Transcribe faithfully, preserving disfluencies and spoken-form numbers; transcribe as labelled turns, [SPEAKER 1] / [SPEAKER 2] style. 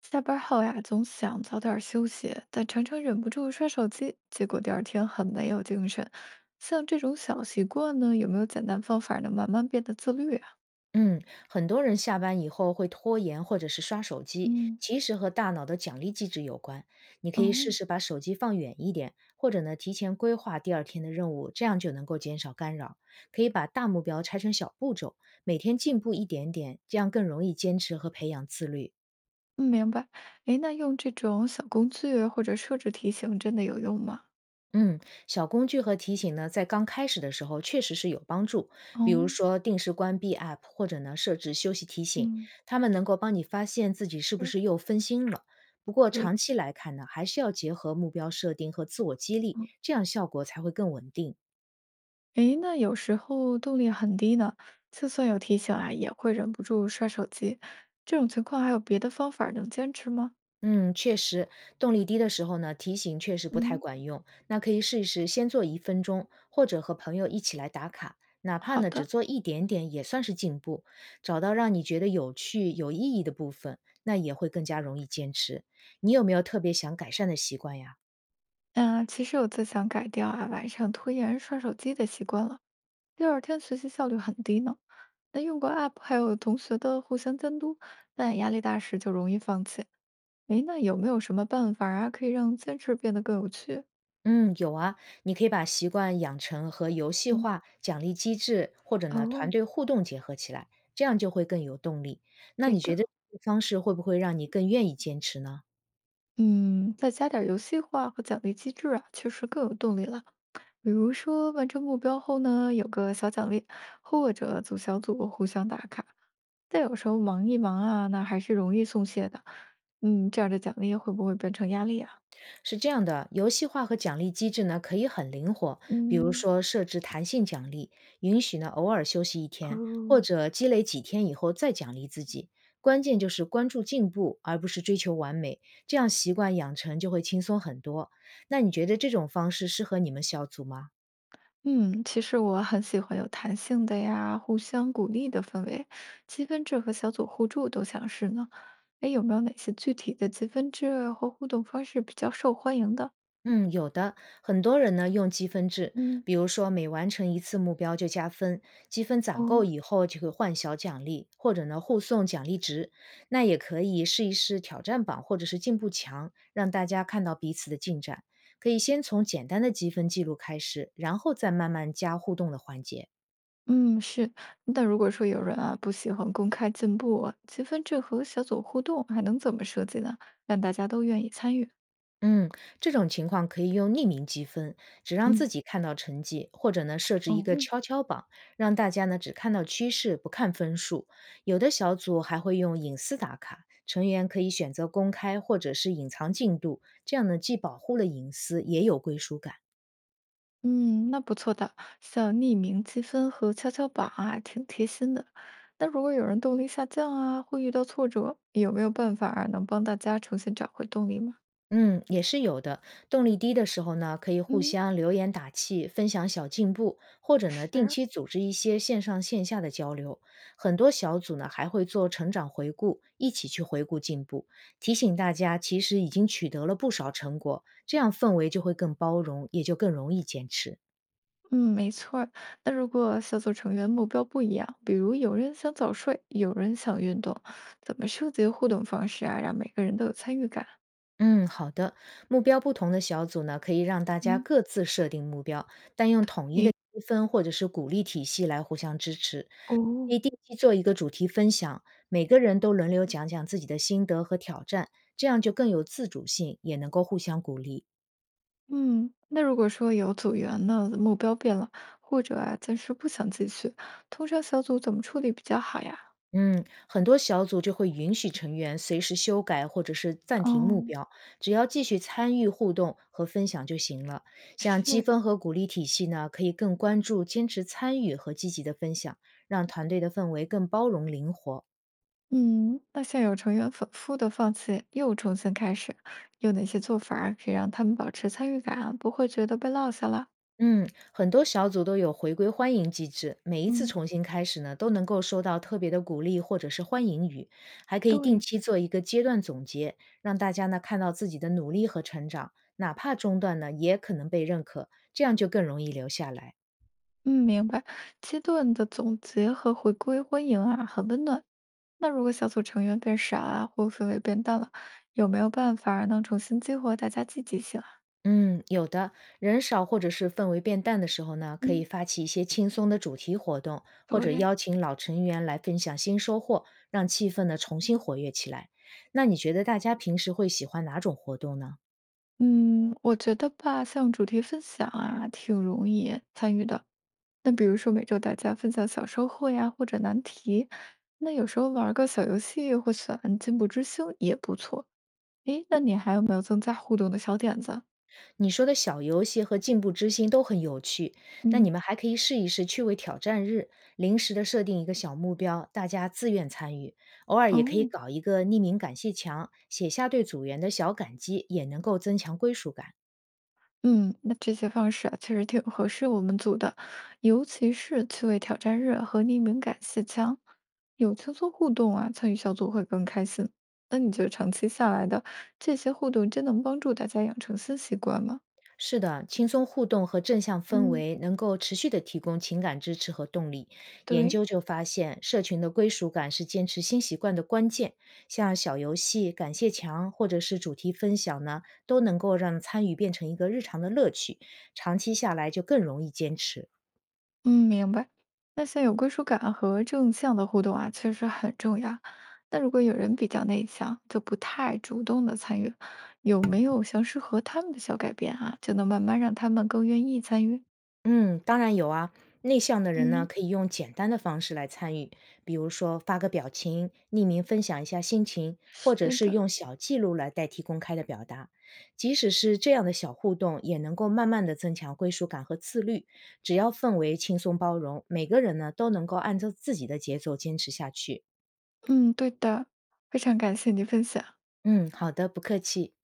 [SPEAKER 1] 下班后呀，总想早点休息，但常常忍不住刷手机，结果第二天很没有精神。像这种小习惯呢，有没有简单方法能慢慢变得自律啊？
[SPEAKER 2] 嗯，很多人下班以后会拖延或者是刷手机，
[SPEAKER 1] 嗯，
[SPEAKER 2] 其实和大脑的奖励机制有关。你可以试
[SPEAKER 1] 哦，
[SPEAKER 2] 试把手机放远一点，或者呢提前规划第二天的任务，这样就能够减少干扰。可以把大目标拆成小步骤，每天进步一点点，这样更容易坚持和培养自律。
[SPEAKER 1] 嗯明白。诶，那用这种小工具或者设置提醒，真的有用吗？
[SPEAKER 2] 嗯，小工具和提醒呢，在刚开始的时候确实是有帮助，比如
[SPEAKER 1] 哦，
[SPEAKER 2] 说定时关闭 A P P,或者呢设置休息提醒，
[SPEAKER 1] 嗯，
[SPEAKER 2] 它们能够帮你发现自己是不
[SPEAKER 1] 是，
[SPEAKER 2] 是又分心了。不过
[SPEAKER 1] 对，
[SPEAKER 2] 长期来看呢，还是要结合目标设定和自我激励，
[SPEAKER 1] 嗯。
[SPEAKER 2] 这样效果才会更稳定。
[SPEAKER 1] 诶，那有时候动力很低呢，就算有提醒啊，也会忍不住刷手机。这种情况还有别的方法能坚持吗？
[SPEAKER 2] 嗯，确实，动力低的时候呢，提醒确实不太
[SPEAKER 1] 嗯，
[SPEAKER 2] 管用。那可以试一试，先做一分钟，或者和朋友一起来打卡，哪怕
[SPEAKER 1] 好
[SPEAKER 2] 呢只
[SPEAKER 1] 的。
[SPEAKER 2] 做一点点，也算是进步。找到让你觉得有趣、有意义的部分，那也会更加容易坚持。你有没有特别想改善的习惯呀？
[SPEAKER 1] 嗯，呃其实我最想改掉啊，晚上拖延刷手机的习惯了。第二天学习效率很低呢。那用过 App 还有同学的互相监督，但压力大时就容易放弃。诶，那有没有什么办法啊，可以让坚持变得更有趣？
[SPEAKER 2] 嗯，有啊，你可以把习惯养成和游戏
[SPEAKER 1] 嗯，
[SPEAKER 2] 化、奖励机制或者呢团
[SPEAKER 1] 哦，
[SPEAKER 2] 队互动结合起来，这样就会更有动力。那
[SPEAKER 1] 对
[SPEAKER 2] 你觉
[SPEAKER 1] 的，
[SPEAKER 2] 得这个方式会不会让你更愿意坚持呢？
[SPEAKER 1] 嗯，再加点儿游戏化和奖励机制啊，确实更有动力了。比如说完成目标后呢，有个小奖励，或者组小组互相打卡。但有时候忙一忙啊，那还是容易松懈的。嗯，这样的奖励会不会变成压力啊？
[SPEAKER 2] 是这样的，游戏化和奖励机制呢可以很灵活，比如
[SPEAKER 1] 嗯，
[SPEAKER 2] 说设置弹性奖励，允许呢偶尔休息一天，或
[SPEAKER 1] 哦，
[SPEAKER 2] 者积累几天以后再奖励自己。关键就是关注进步，而不是追求完美，这样习惯养成就会轻松很多。那你觉得这种方式适合你们小组吗？
[SPEAKER 1] 嗯，其实我很喜欢有弹性的呀，互相鼓励的氛围，积分制和小组互助都想试呢。哎，有没有哪些具体的积分制或互动方式比较受欢迎的？
[SPEAKER 2] 嗯，有的，很多人呢用积分制，
[SPEAKER 1] 嗯。
[SPEAKER 2] 比如说每完成一次目标就加分，积分攒够
[SPEAKER 1] 哦，
[SPEAKER 2] 以后就会换小奖励，或者呢互送奖励值。那也可以试一试挑战榜或者是进步墙，让大家看到彼此的进展。可以先从简单的积分记录开始，然后再慢慢加互动的环节。
[SPEAKER 1] 嗯，是。但如果说有人啊不喜欢公开进步啊积分制和小组互动还能怎么设计呢？让大家都愿意参与。
[SPEAKER 2] 嗯，这种情况可以用匿名积分，只让自
[SPEAKER 1] 嗯，
[SPEAKER 2] 己看到成绩，或者呢设置
[SPEAKER 1] 哦，
[SPEAKER 2] 一个悄悄榜，让大家呢只看到趋势，不看分数。有的小组还会用隐私打卡，成员可以选择公开或者是隐藏进度，这样呢既保护了隐私，也有归属感。
[SPEAKER 1] 嗯，那不错的，像匿名积分和跷跷板啊，挺贴心的。那如果有人动力下降啊，会遇到挫折，有没有办法儿能帮大家重新找回动力吗？
[SPEAKER 2] 嗯，也是有的。动力低的时候呢，可以互
[SPEAKER 1] 嗯，
[SPEAKER 2] 相留言打气，分享小进步，或者呢，定
[SPEAKER 1] 是
[SPEAKER 2] 期组织一些线上线下的交流。很多小组呢，还会做成长回顾，一起去回顾进步，提醒大家其实已经取得了不少成果，这样氛围就会更包容，也就更容易坚持。
[SPEAKER 1] 嗯，没错儿。那如果小组成员目标不一样，比如有人想早睡，有人想运动，怎么设计互动方式啊，让每个人都有参与感？
[SPEAKER 2] 嗯，好的。目标不同的小组呢，可以让大家
[SPEAKER 1] 嗯，
[SPEAKER 2] 各自设定目标，但用统一的积分或者是鼓励体系来互相支持。
[SPEAKER 1] 哦，
[SPEAKER 2] 可以定期做一个主题分享，每个人都轮流讲讲自己的心得和挑战，这样就更有自主性，也能够互相鼓励。
[SPEAKER 1] 嗯，那如果说有组员呢，目标变了，或者啊暂时不想继续，通常小组怎么处理比较好呀？
[SPEAKER 2] 嗯，很多小组就会允许成员随时修改或者是暂停
[SPEAKER 1] 哦，
[SPEAKER 2] 目标，只要继续参与互动和分享就行了。像积
[SPEAKER 1] 是，
[SPEAKER 2] 分和鼓励体系呢，可以更关注坚持参与和积极的分享，让团队的氛围更包容灵活。
[SPEAKER 1] 嗯，那现有成员反复的放弃，又重新开始，有哪些做法儿可以让他们保持参与感啊，不会觉得被落下了？
[SPEAKER 2] 嗯，很多小组都有回归欢迎机制，每一次
[SPEAKER 1] 嗯，
[SPEAKER 2] 重新开始呢，都能够收到特别的鼓励或者是欢迎语，还可以定
[SPEAKER 1] 对。
[SPEAKER 2] 期做一个阶段总结，让大家呢看到自己的努力和成长，哪怕中断呢，也可能被认可，这样就更容易留下来。
[SPEAKER 1] 嗯，明白。阶段的总结和回归欢迎啊，很温暖。那如果小组成员变少啊，或氛围变淡了，有没有办法儿能重新激活大家积极性啊？
[SPEAKER 2] 嗯，有的人少或者是氛围变淡的时候呢，可以
[SPEAKER 1] 嗯，
[SPEAKER 2] 发起一些轻松的主题活动，或者
[SPEAKER 1] 对，
[SPEAKER 2] 邀请老成员来分享新收获，让气氛呢重新活跃起来。那你觉得大家平时会喜欢哪种活动呢？
[SPEAKER 1] 嗯，我觉得吧，像主题分享啊，挺容易参与的。那比如说每周大家分享小收获呀，或者难题，那有时候玩儿个小游戏或选进步之星也不错。诶，那你还有没有增加互动的小点子？
[SPEAKER 2] 你说的小游戏和进步之星都很有趣，那你
[SPEAKER 1] 嗯，
[SPEAKER 2] 们还可以试一试趣味挑战日，临时的设定一个小目标，大家自愿参与。偶尔也可以
[SPEAKER 1] 哦。
[SPEAKER 2] 搞一个匿名感谢墙，写下对组员的小感激，也能够增强归属感。
[SPEAKER 1] 嗯，那这些方式啊，确实挺合适我们组的，尤其是趣味挑战日和匿名感谢墙，有轻松互动啊，参与小组会更开心。那你觉得长期下来的这些互动，真能帮助大家养成新习惯吗？
[SPEAKER 2] 是的，轻松互动和正向氛
[SPEAKER 1] 嗯，
[SPEAKER 2] 围能够持续的提供情感支持和动力。研
[SPEAKER 1] 对，
[SPEAKER 2] 究就发现，社群的归属感是坚持新习惯的关键。像小游戏、感谢墙或者是主题分享呢，都能够让参与变成一个日常的乐趣，长期下来就更容易坚持。
[SPEAKER 1] 嗯，明白。那像有归属感和正向的互动啊，确实很重要。那如果有人比较内向，就不太主动的参与，有没有像适合他们的小改变啊，就能慢慢让他们更愿意参与？
[SPEAKER 2] 嗯，当然有啊。内向的人呢，
[SPEAKER 1] 嗯。
[SPEAKER 2] 可以用简单的方式来参与，比如说发个表情、匿名分享一下心情，或者
[SPEAKER 1] 是
[SPEAKER 2] 是
[SPEAKER 1] 的，
[SPEAKER 2] 用小记录来代替公开的表达。即使是这样的小互动，也能够慢慢的增强归属感和自律。只要氛围轻松包容，每个人呢都能够按照自己的节奏坚持下去。
[SPEAKER 1] 嗯，对的，非常感谢你分享。
[SPEAKER 2] 嗯，好的，不客气。